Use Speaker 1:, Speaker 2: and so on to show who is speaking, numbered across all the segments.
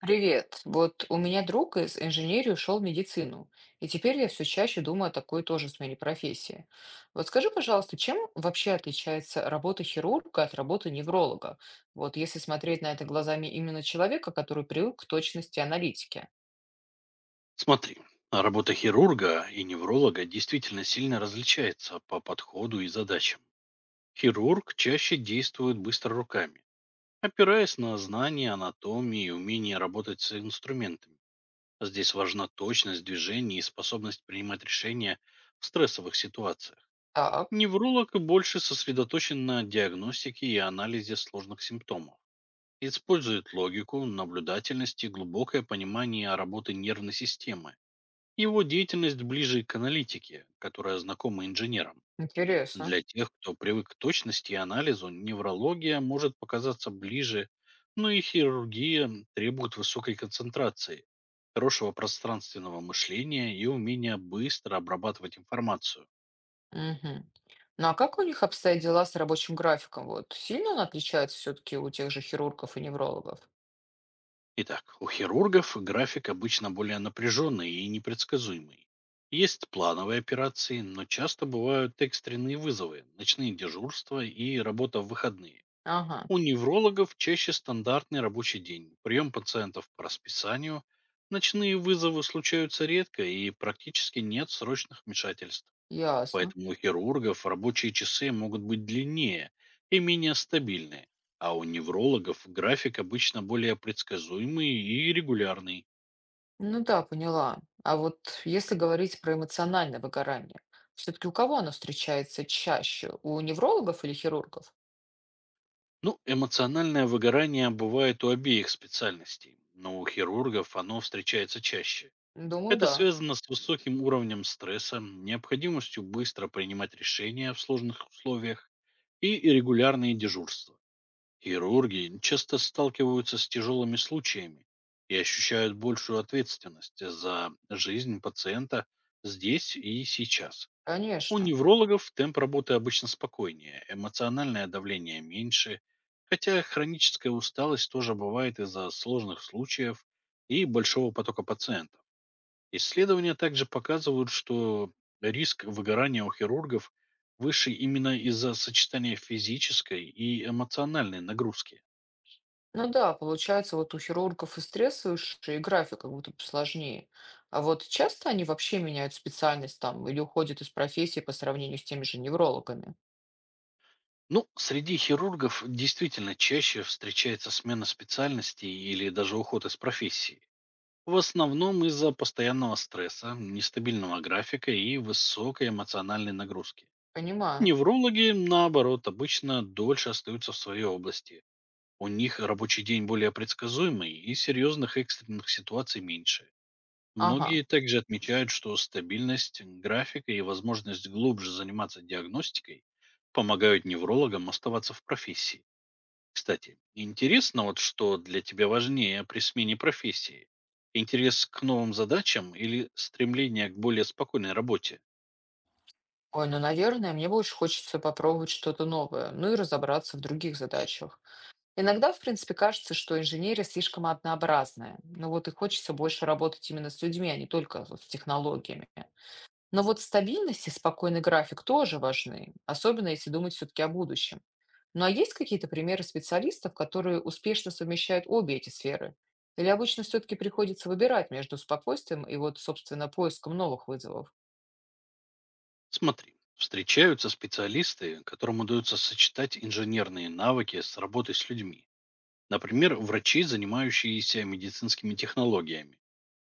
Speaker 1: Привет. Вот у меня друг из инженерии ушел в медицину, и теперь я все чаще думаю о такой тоже смене профессии. Вот скажи, пожалуйста, чем вообще отличается работа хирурга от работы невролога? Вот если смотреть на это глазами именно человека, который привык к точности аналитики.
Speaker 2: Смотри, а работа хирурга и невролога действительно сильно различается по подходу и задачам. Хирург чаще действует быстро руками, опираясь на знания анатомии и умение работать с инструментами. Здесь важна точность движений и способность принимать решения в стрессовых ситуациях.
Speaker 1: Так,
Speaker 2: Невролог больше сосредоточен на диагностике и анализе сложных симптомов. Использует логику, наблюдательность и глубокое понимание работы нервной системы, его деятельность ближе к аналитике, которая знакома инженерам.
Speaker 1: интересно.
Speaker 2: Для тех, кто привык к точности и анализу, неврология может показаться ближе, но и хирургия требует высокой концентрации, хорошего пространственного мышления и умения быстро обрабатывать информацию.
Speaker 1: Мгм. Ну а как у них обстоят дела с рабочим графиком? Вот сильно он отличается все-таки у тех же хирургов и неврологов?
Speaker 2: Итак, у хирургов график обычно более напряженный и непредсказуемый. Есть плановые операции, но часто бывают экстренные вызовы, ночные дежурства и работа в выходные.
Speaker 1: Ага,
Speaker 2: У неврологов чаще стандартный рабочий день, прием пациентов по расписанию, ночные вызовы случаются редко и практически нет срочных вмешательств.
Speaker 1: ясно.
Speaker 2: Поэтому у хирургов рабочие часы могут быть длиннее и менее стабильные, а у неврологов график обычно более предсказуемый и регулярный.
Speaker 1: Ну да, поняла. А вот если говорить про эмоциональное выгорание, все-таки у кого оно встречается чаще? У неврологов или хирургов?
Speaker 2: Ну, эмоциональное выгорание бывает у обеих специальностей, но у хирургов оно встречается чаще.
Speaker 1: Думаю,
Speaker 2: Это
Speaker 1: да,
Speaker 2: связано с высоким уровнем стресса, необходимостью быстро принимать решения в сложных условиях и регулярные дежурства. Хирурги часто сталкиваются с тяжелыми случаями и ощущают большую ответственность за жизнь пациента здесь и сейчас. У
Speaker 1: конечно.
Speaker 2: неврологов темп работы обычно спокойнее, эмоциональное давление меньше, хотя хроническая усталость тоже бывает из-за сложных случаев и большого потока пациентов. Исследования также показывают, что риск выгорания у хирургов выше именно из-за сочетания физической и эмоциональной нагрузки.
Speaker 1: Ну да, получается, вот у хирургов и стресс выше, и график как будто бы сложнее. А вот часто они вообще меняют специальность там или уходят из профессии по сравнению с теми же неврологами?
Speaker 2: Ну, среди хирургов действительно чаще встречается смена специальности или даже уход из профессии. В основном из-за постоянного стресса, нестабильного графика и высокой эмоциональной нагрузки.
Speaker 1: Понимаю.
Speaker 2: Неврологи, наоборот, обычно дольше остаются в своей области. У них рабочий день более предсказуемый и серьезных экстренных ситуаций меньше.
Speaker 1: Ага.
Speaker 2: Многие также отмечают, что стабильность графика и возможность глубже заниматься диагностикой помогают неврологам оставаться в профессии. Кстати, интересно, вот что для тебя важнее при смене профессии? Интерес к новым задачам или стремление к более спокойной работе?
Speaker 1: Ой, ну, наверное, мне больше хочется попробовать что-то новое, ну и разобраться в других задачах. Иногда, в принципе, кажется, что инженерия слишком однообразная. Ну вот и хочется больше работать именно с людьми, а не только с технологиями. Но вот стабильность и спокойный график тоже важны, особенно если думать все-таки о будущем. Ну а есть какие-то примеры специалистов, которые успешно совмещают обе эти сферы? Или обычно все-таки приходится выбирать между спокойствием и вот, собственно, поиском новых вызовов?
Speaker 2: Смотри, встречаются специалисты, которым удается сочетать инженерные навыки с работой с людьми. Например, врачи, занимающиеся медицинскими технологиями,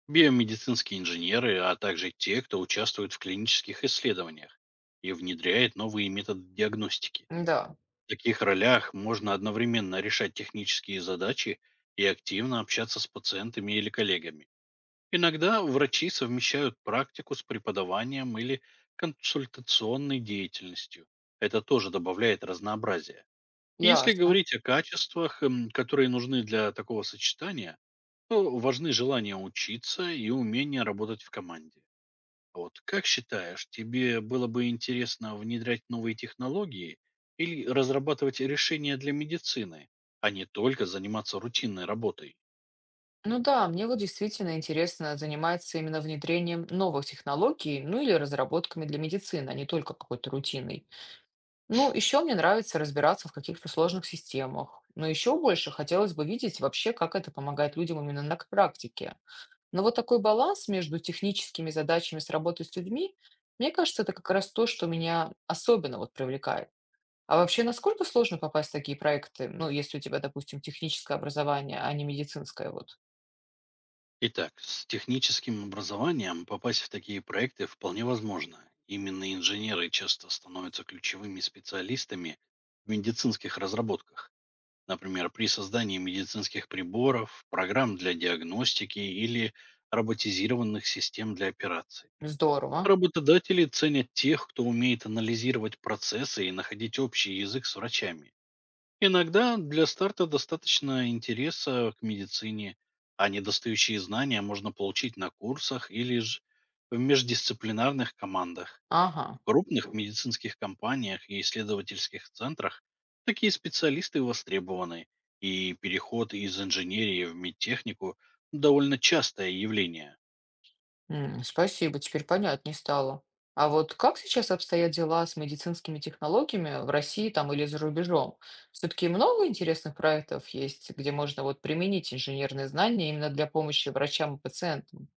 Speaker 2: биомедицинские инженеры, а также те, кто участвует в клинических исследованиях и внедряет новые методы диагностики.
Speaker 1: Да,
Speaker 2: В таких ролях можно одновременно решать технические задачи и активно общаться с пациентами или коллегами. Иногда врачи совмещают практику с преподаванием или консультационной деятельностью. Это тоже добавляет разнообразия. Если
Speaker 1: ясно.
Speaker 2: говорить о качествах, которые нужны для такого сочетания, то важны желание учиться и умение работать в команде. Вот как считаешь, тебе было бы интересно внедрять новые технологии или разрабатывать решения для медицины, а не только заниматься рутинной работой?
Speaker 1: Ну да, мне вот действительно интересно заниматься именно внедрением новых технологий, ну или разработками для медицины, а не только какой-то рутиной. Ну, еще мне нравится разбираться в каких-то сложных системах. Но еще больше хотелось бы видеть вообще, как это помогает людям именно на практике. Но вот такой баланс между техническими задачами с работой с людьми, мне кажется, это как раз то, что меня особенно вот привлекает. А вообще, насколько сложно попасть в такие проекты? Ну, если у тебя, допустим, техническое образование, а не медицинское, вот.
Speaker 2: Итак, с техническим образованием попасть в такие проекты вполне возможно. Именно инженеры часто становятся ключевыми специалистами в медицинских разработках. Например, при создании медицинских приборов, программ для диагностики или роботизированных систем для операций.
Speaker 1: Здорово.
Speaker 2: Работодатели ценят тех, кто умеет анализировать процессы и находить общий язык с врачами. Иногда для старта достаточно интереса к медицине, а недостающие знания можно получить на курсах или же в междисциплинарных командах.
Speaker 1: Ага,
Speaker 2: В крупных медицинских компаниях и исследовательских центрах такие специалисты востребованы, и переход из инженерии в медтехнику – довольно частое явление.
Speaker 1: спасибо, теперь понятней стало. А вот как сейчас обстоят дела с медицинскими технологиями в России там или за рубежом? Все-таки много интересных проектов есть, где можно вот применить инженерные знания именно для помощи врачам и пациентам.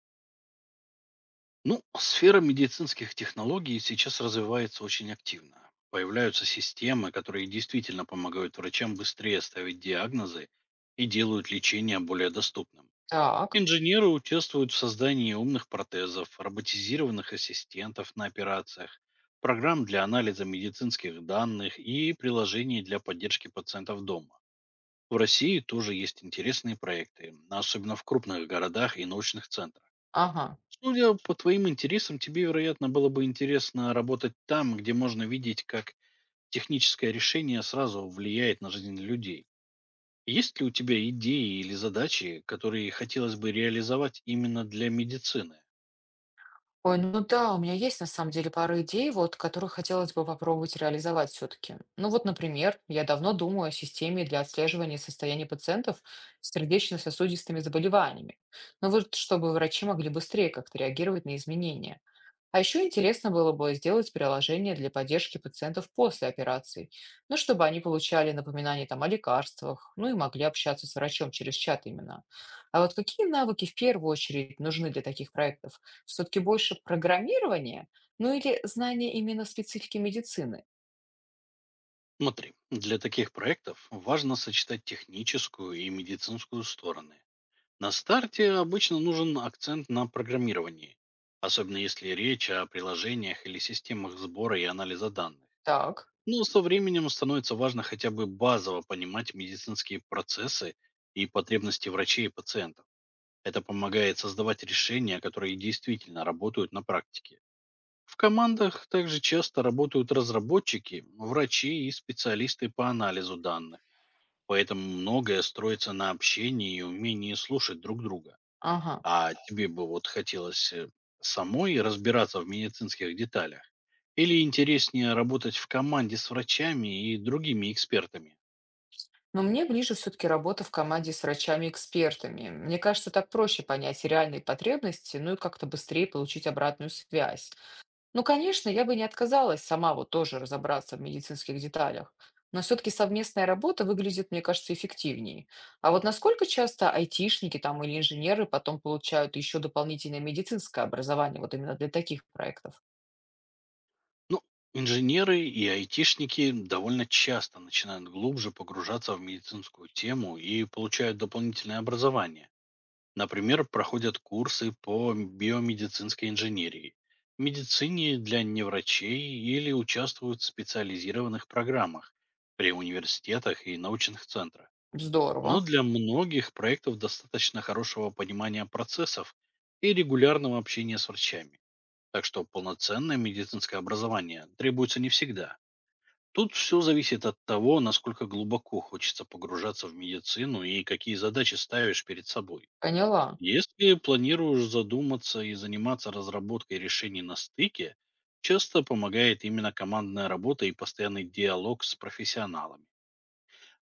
Speaker 2: Ну, сфера медицинских технологий сейчас развивается очень активно. Появляются системы, которые действительно помогают врачам быстрее ставить диагнозы и делают лечение более доступным.
Speaker 1: Так,
Speaker 2: Инженеры участвуют в создании умных протезов, роботизированных ассистентов на операциях, программ для анализа медицинских данных и приложений для поддержки пациентов дома. В России тоже есть интересные проекты, особенно в крупных городах и научных центрах.
Speaker 1: ага.
Speaker 2: Судя по твоим интересам, тебе, вероятно, было бы интересно работать там, где можно видеть, как техническое решение сразу влияет на жизнь людей. Есть ли у тебя идеи или задачи, которые хотелось бы реализовать именно для медицины?
Speaker 1: Ой, ну да, у меня есть на самом деле пара идей, вот, которые хотелось бы попробовать реализовать все-таки. Ну вот, например, я давно думаю о системе для отслеживания состояния пациентов с сердечно-сосудистыми заболеваниями. Ну вот, чтобы врачи могли быстрее как-то реагировать на изменения. А еще интересно было бы сделать приложение для поддержки пациентов после операций, ну, чтобы они получали напоминания там, о лекарствах, ну и могли общаться с врачом через чат именно. А вот какие навыки в первую очередь нужны для таких проектов? Все-таки больше программирование, ну или знание именно специфики медицины?
Speaker 2: Смотри, для таких проектов важно сочетать техническую и медицинскую стороны. На старте обычно нужен акцент на программировании, особенно если речь о приложениях или системах сбора и анализа данных.
Speaker 1: Так,
Speaker 2: Но со временем становится важно хотя бы базово понимать медицинские процессы и потребности врачей и пациентов. Это помогает создавать решения, которые действительно работают на практике. В командах также часто работают разработчики, врачи и специалисты по анализу данных. Поэтому многое строится на общении и умении слушать друг друга.
Speaker 1: ага.
Speaker 2: А тебе бы вот хотелось самой разбираться в медицинских деталях? Или интереснее работать в команде с врачами и другими экспертами?
Speaker 1: Но мне ближе все-таки работа в команде с врачами-экспертами. Мне кажется, так проще понять реальные потребности, ну и как-то быстрее получить обратную связь. Ну, конечно, я бы не отказалась сама вот тоже разобраться в медицинских деталях, но все-таки совместная работа выглядит, мне кажется, эффективнее. А вот насколько часто айтишники там или инженеры потом получают еще дополнительное медицинское образование вот именно для таких проектов?
Speaker 2: Ну, инженеры и айтишники довольно часто начинают глубже погружаться в медицинскую тему и получают дополнительное образование. Например, проходят курсы по биомедицинской инженерии, медицине для неврачей или участвуют в специализированных программах при университетах и научных центрах. Но
Speaker 1: Здорово,
Speaker 2: для многих проектов достаточно хорошего понимания процессов и регулярного общения с врачами. Так что полноценное медицинское образование требуется не всегда. Тут все зависит от того, насколько глубоко хочется погружаться в медицину и какие задачи ставишь перед собой.
Speaker 1: поняла.
Speaker 2: Если планируешь задуматься и заниматься разработкой решений на стыке, часто помогает именно командная работа и постоянный диалог с профессионалами.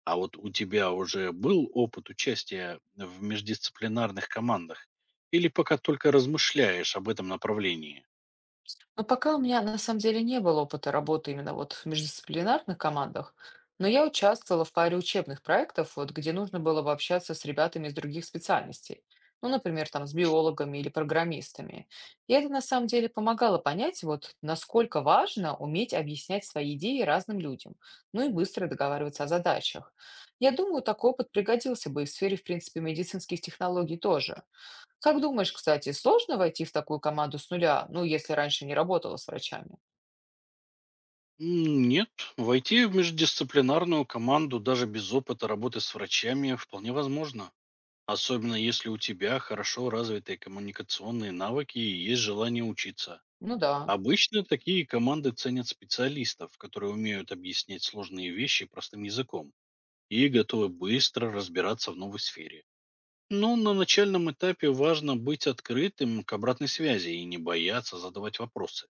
Speaker 2: А вот у тебя уже был опыт участия в междисциплинарных командах? Или пока только размышляешь об этом направлении?
Speaker 1: Но пока у меня на самом деле не было опыта работы именно вот в междисциплинарных командах, но я участвовала в паре учебных проектов, вот, где нужно было бы общаться с ребятами из других специальностей. Ну, например, там с биологами или программистами. И это на самом деле помогало понять, вот, насколько важно уметь объяснять свои идеи разным людям, ну и быстро договариваться о задачах. Я думаю, такой опыт пригодился бы и в сфере, в принципе, медицинских технологий тоже. Как думаешь, кстати, сложно войти в такую команду с нуля, ну, если раньше не работала с врачами?
Speaker 2: Нет, войти в междисциплинарную команду даже без опыта работы с врачами вполне возможно. Особенно если у тебя хорошо развитые коммуникационные навыки и есть желание учиться.
Speaker 1: Ну да,
Speaker 2: Обычно такие команды ценят специалистов, которые умеют объяснять сложные вещи простым языком и готовы быстро разбираться в новой сфере. Но на начальном этапе важно быть открытым к обратной связи и не бояться задавать вопросы,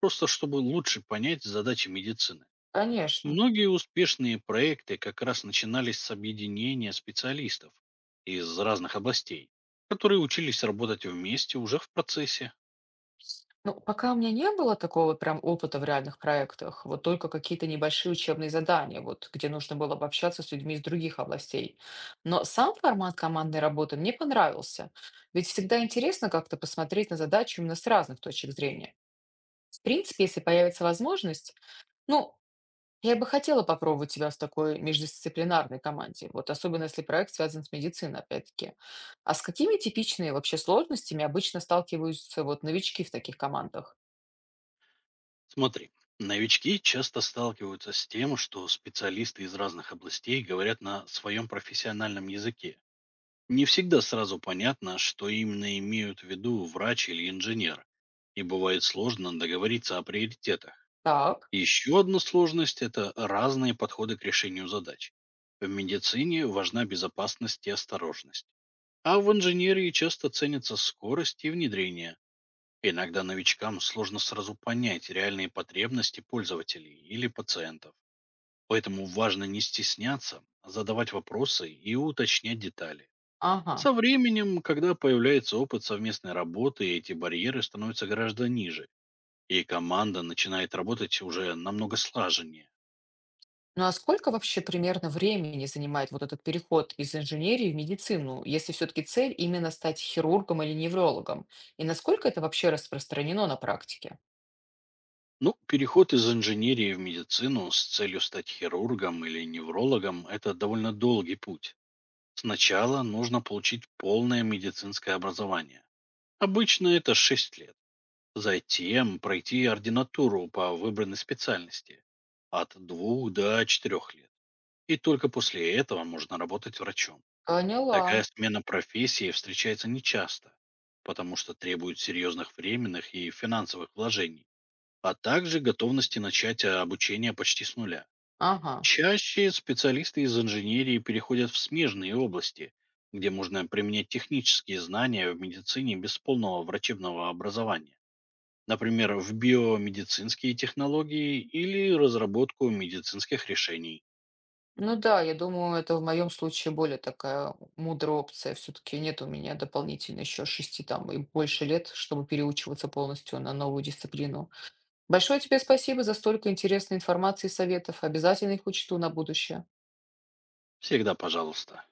Speaker 2: просто чтобы лучше понять задачи медицины.
Speaker 1: конечно.
Speaker 2: Многие успешные проекты как раз начинались с объединения специалистов из разных областей, которые учились работать вместе уже в процессе.
Speaker 1: Ну, пока у меня не было такого прям опыта в реальных проектах, вот только какие-то небольшие учебные задания, вот где нужно было общаться с людьми из других областей. Но сам формат командной работы мне понравился, ведь всегда интересно как-то посмотреть на задачу именно с разных точек зрения. В принципе, если появится возможность, ну, я бы хотела попробовать себя в такой междисциплинарной команде, вот особенно если проект связан с медициной, опять-таки. А с какими типичными вообще сложностями обычно сталкиваются вот новички в таких командах?
Speaker 2: Смотри, новички часто сталкиваются с тем, что специалисты из разных областей говорят на своем профессиональном языке. Не всегда сразу понятно, что именно имеют в виду врач или инженер, и бывает сложно договориться о приоритетах.
Speaker 1: Так,
Speaker 2: Еще одна сложность – это разные подходы к решению задач. В медицине важна безопасность и осторожность, а в инженерии часто ценятся скорость и внедрение. Иногда новичкам сложно сразу понять реальные потребности пользователей или пациентов. Поэтому важно не стесняться, а задавать вопросы и уточнять детали.
Speaker 1: ага.
Speaker 2: Со временем, когда появляется опыт совместной работы, эти барьеры становятся гораздо ниже, и команда начинает работать уже намного слаженнее.
Speaker 1: Ну а сколько вообще примерно времени занимает вот этот переход из инженерии в медицину, если все-таки цель именно стать хирургом или неврологом? И насколько это вообще распространено на практике?
Speaker 2: Ну, переход из инженерии в медицину с целью стать хирургом или неврологом – это довольно долгий путь. Сначала нужно получить полное медицинское образование. Обычно это 6 лет. Затем пройти ординатуру по выбранной специальности от 2 до 4 лет. И только после этого можно работать врачом.
Speaker 1: Поняла.
Speaker 2: Такая смена профессии встречается нечасто, потому что требует серьезных временных и финансовых вложений, а также готовности начать обучение почти с нуля.
Speaker 1: Ага.
Speaker 2: Чаще специалисты из инженерии переходят в смежные области, где можно применять технические знания в медицине без полного врачебного образования, например, в биомедицинские технологии или разработку медицинских решений.
Speaker 1: Ну да, я думаю, это в моем случае более такая мудрая опция. Все-таки нет у меня дополнительно еще 6 там и больше лет, чтобы переучиваться полностью на новую дисциплину. Большое тебе спасибо за столько интересной информации и советов. Обязательно их учту на будущее.
Speaker 2: Всегда пожалуйста.